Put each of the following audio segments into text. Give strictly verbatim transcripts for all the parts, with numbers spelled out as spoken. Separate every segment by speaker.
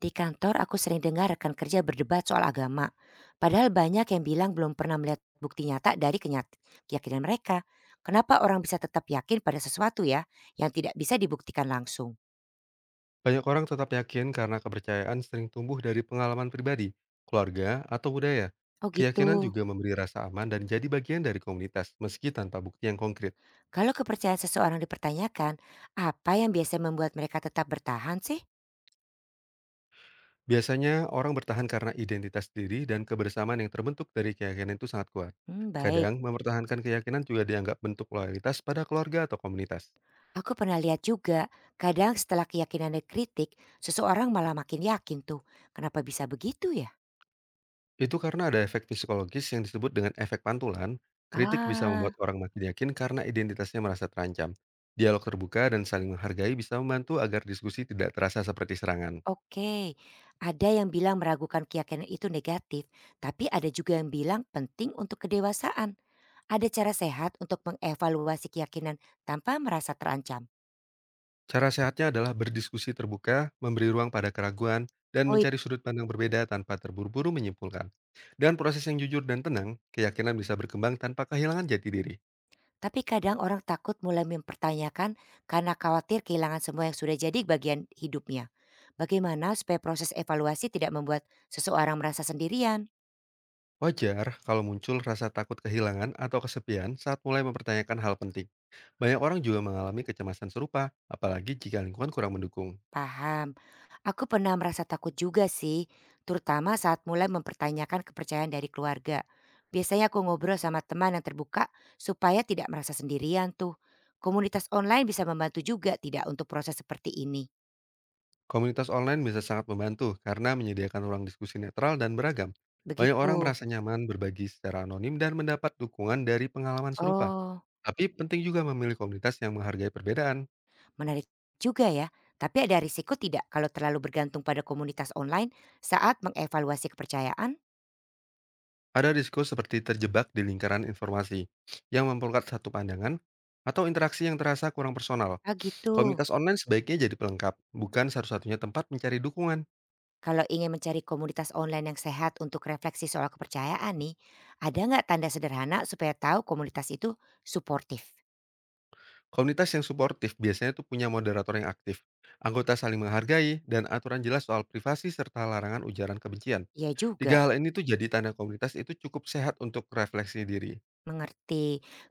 Speaker 1: Di kantor aku sering dengar rekan kerja berdebat soal agama. Padahal banyak yang bilang belum pernah melihat bukti nyata dari kenyat- keyakinan mereka. Kenapa orang bisa tetap yakin pada sesuatu ya yang tidak bisa dibuktikan langsung?
Speaker 2: Banyak orang tetap yakin karena kepercayaan sering tumbuh dari pengalaman pribadi, keluarga, atau budaya.
Speaker 1: Oh
Speaker 2: Keyakinan
Speaker 1: gitu.
Speaker 2: juga memberi rasa aman dan jadi bagian dari komunitas, meski tanpa bukti yang konkret.
Speaker 1: Kalau kepercayaan seseorang dipertanyakan, apa yang biasa membuat mereka tetap bertahan sih?
Speaker 2: Biasanya, orang bertahan karena identitas diri dan kebersamaan yang terbentuk dari keyakinan itu sangat kuat.
Speaker 1: Hmm, baik.
Speaker 2: Kadang, mempertahankan keyakinan juga dianggap bentuk loyalitas pada keluarga atau komunitas.
Speaker 1: Aku pernah lihat juga, kadang setelah keyakinan dikritik, seseorang malah makin yakin tuh. Kenapa bisa begitu ya?
Speaker 2: Itu karena ada efek psikologis yang disebut dengan efek pantulan, kritik bisa
Speaker 1: Ah.
Speaker 2: membuat orang makin yakin karena identitasnya merasa terancam. Dialog terbuka dan saling menghargai bisa membantu agar diskusi tidak terasa seperti serangan.
Speaker 1: Oke, ada yang bilang meragukan keyakinan itu negatif, tapi ada juga yang bilang penting untuk kedewasaan. Ada cara sehat untuk mengevaluasi keyakinan tanpa merasa terancam.
Speaker 2: Cara sehatnya adalah berdiskusi terbuka, memberi ruang pada keraguan, dan
Speaker 1: Oh iya,
Speaker 2: mencari sudut pandang berbeda tanpa terburu-buru menyimpulkan. Dan proses yang jujur dan tenang, keyakinan bisa berkembang tanpa kehilangan jati diri.
Speaker 1: tapi kadang orang takut mulai mempertanyakan karena khawatir kehilangan semua yang sudah jadi bagian hidupnya. Bagaimana supaya proses evaluasi tidak membuat seseorang merasa sendirian?
Speaker 2: Wajar kalau muncul rasa takut kehilangan atau kesepian saat mulai mempertanyakan hal penting. Banyak orang juga mengalami kecemasan serupa, apalagi jika lingkungan kurang mendukung.
Speaker 1: Paham. Aku pernah merasa takut juga sih, terutama saat mulai mempertanyakan kepercayaan dari keluarga. Biasanya aku ngobrol sama teman yang terbuka supaya tidak merasa sendirian tuh. Komunitas online bisa membantu juga tidak untuk proses seperti ini.
Speaker 2: Komunitas online bisa sangat membantu karena menyediakan ruang diskusi netral dan beragam. Banyak
Speaker 1: Begitu.
Speaker 2: orang merasa nyaman berbagi secara anonim dan mendapat dukungan dari pengalaman serupa.
Speaker 1: Oh,
Speaker 2: Tapi penting juga memilih komunitas yang menghargai perbedaan.
Speaker 1: menarik juga ya. Tapi ada risiko tidak kalau terlalu bergantung pada komunitas online saat mengevaluasi kepercayaan?
Speaker 2: Ada risiko seperti terjebak di lingkaran informasi yang memperkuat satu pandangan atau interaksi yang terasa kurang personal.
Speaker 1: Ah gitu.
Speaker 2: Komunitas online sebaiknya jadi pelengkap, bukan satu-satunya tempat mencari dukungan.
Speaker 1: Kalau ingin mencari komunitas online yang sehat untuk refleksi soal kepercayaan nih, ada nggak tanda sederhana supaya tahu komunitas itu suportif?
Speaker 2: Komunitas yang suportif biasanya tuh punya moderator yang aktif, anggota saling menghargai, dan aturan jelas soal privasi serta larangan ujaran kebencian.
Speaker 1: Ya juga,
Speaker 2: Tiga hal ini tuh jadi tanda komunitas itu cukup sehat untuk refleksi diri.
Speaker 1: mengerti.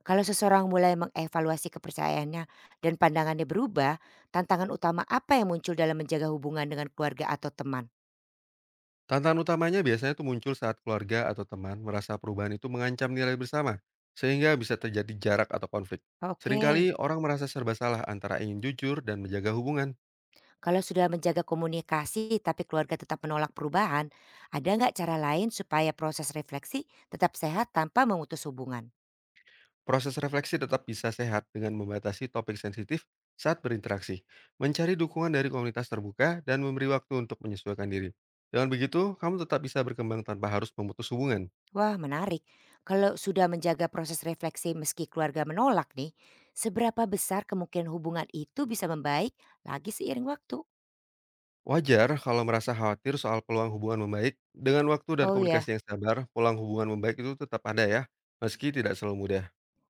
Speaker 1: Kalau seseorang mulai mengevaluasi kepercayaannya dan pandangannya berubah, tantangan utama apa yang muncul dalam menjaga hubungan dengan keluarga atau teman?
Speaker 2: Tantangan utamanya biasanya tuh muncul saat keluarga atau teman merasa perubahan itu mengancam nilai bersama, sehingga bisa terjadi jarak atau konflik.
Speaker 1: Oke,
Speaker 2: Seringkali orang merasa serba salah antara ingin jujur dan menjaga hubungan.
Speaker 1: kalau sudah menjaga komunikasi tapi keluarga tetap menolak perubahan, ada nggak cara lain supaya proses refleksi tetap sehat tanpa memutus hubungan?
Speaker 2: Proses refleksi tetap bisa sehat dengan membatasi topik sensitif saat berinteraksi, mencari dukungan dari komunitas terbuka, dan memberi waktu untuk menyesuaikan diri. Dengan begitu, kamu tetap bisa berkembang tanpa harus memutus hubungan.
Speaker 1: Wah, menarik. Kalau sudah menjaga proses refleksi meski keluarga menolak nih, seberapa besar kemungkinan hubungan itu bisa membaik lagi seiring waktu?
Speaker 2: Wajar kalau merasa khawatir soal peluang hubungan membaik. Dengan waktu dan
Speaker 1: Oh ya,
Speaker 2: komunikasi yang sabar, peluang hubungan membaik itu tetap ada ya, meski tidak selalu mudah.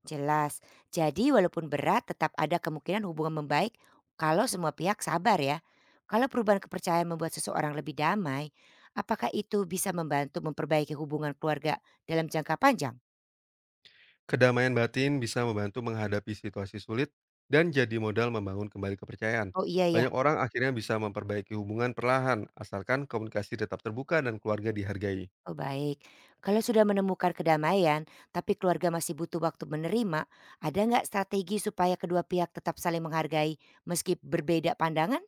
Speaker 1: jelas. Jadi walaupun berat tetap ada kemungkinan hubungan membaik kalau semua pihak sabar ya. Kalau perubahan kepercayaan membuat seseorang lebih damai, apakah itu bisa membantu memperbaiki hubungan keluarga dalam jangka panjang?
Speaker 2: Kedamaian batin bisa membantu menghadapi situasi sulit dan jadi modal membangun kembali kepercayaan.
Speaker 1: Oh iya ya.
Speaker 2: Banyak orang akhirnya bisa memperbaiki hubungan perlahan, asalkan komunikasi tetap terbuka dan keluarga dihargai.
Speaker 1: Oh baik, kalau sudah menemukan kedamaian tapi keluarga masih butuh waktu menerima, ada nggak strategi supaya kedua pihak tetap saling menghargai meski berbeda pandangan?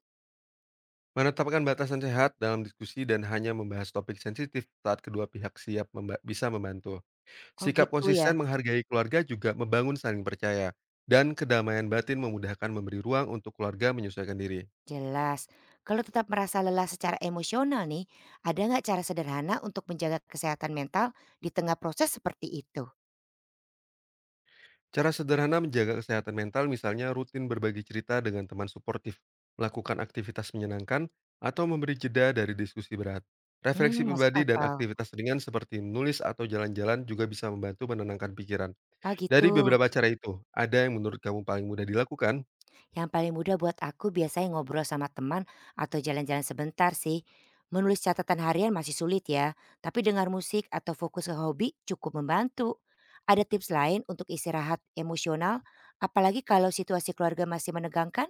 Speaker 2: Menetapkan batasan sehat dalam diskusi dan hanya membahas topik sensitif saat kedua pihak siap memba- bisa membantu.
Speaker 1: Oh
Speaker 2: Sikap
Speaker 1: gitu ya,
Speaker 2: konsisten menghargai keluarga juga membangun saling percaya, dan kedamaian batin memudahkan memberi ruang untuk keluarga menyesuaikan diri.
Speaker 1: jelas. Kalau tetap merasa lelah secara emosional nih, ada nggak cara sederhana untuk menjaga kesehatan mental di tengah proses seperti itu?
Speaker 2: Cara sederhana menjaga kesehatan mental misalnya rutin berbagi cerita dengan teman suportif, melakukan aktivitas menyenangkan, atau memberi jeda dari diskusi berat. Refleksi
Speaker 1: Hmm, masuk
Speaker 2: pribadi dan
Speaker 1: akal.
Speaker 2: aktivitas ringan seperti menulis atau jalan-jalan juga bisa membantu menenangkan pikiran.
Speaker 1: Ah
Speaker 2: Dari
Speaker 1: gitu.
Speaker 2: beberapa cara itu, ada yang menurut kamu paling mudah dilakukan?
Speaker 1: Yang paling mudah buat aku biasanya ngobrol sama teman atau jalan-jalan sebentar sih. Menulis catatan harian masih sulit ya, tapi dengar musik atau fokus ke hobi cukup membantu. Ada tips lain untuk istirahat emosional, apalagi kalau situasi keluarga masih menegangkan?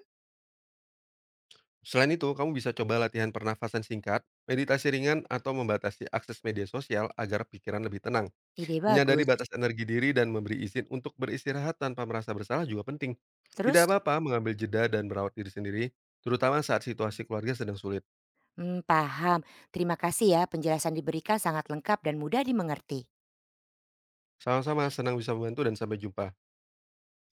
Speaker 2: Selain itu, kamu bisa coba latihan pernafasan singkat, meditasi ringan, atau membatasi akses media sosial agar pikiran lebih tenang.
Speaker 1: Ide
Speaker 2: Menyadari
Speaker 1: bagus.
Speaker 2: batas energi diri dan memberi izin untuk beristirahat tanpa merasa bersalah juga penting. Tidak
Speaker 1: Terus?
Speaker 2: apa-apa mengambil jeda dan merawat diri sendiri, terutama saat situasi keluarga sedang sulit.
Speaker 1: Hmm, paham. Terima kasih ya, penjelasan diberikan sangat lengkap dan mudah dimengerti.
Speaker 2: Sama-sama, senang bisa membantu dan sampai jumpa.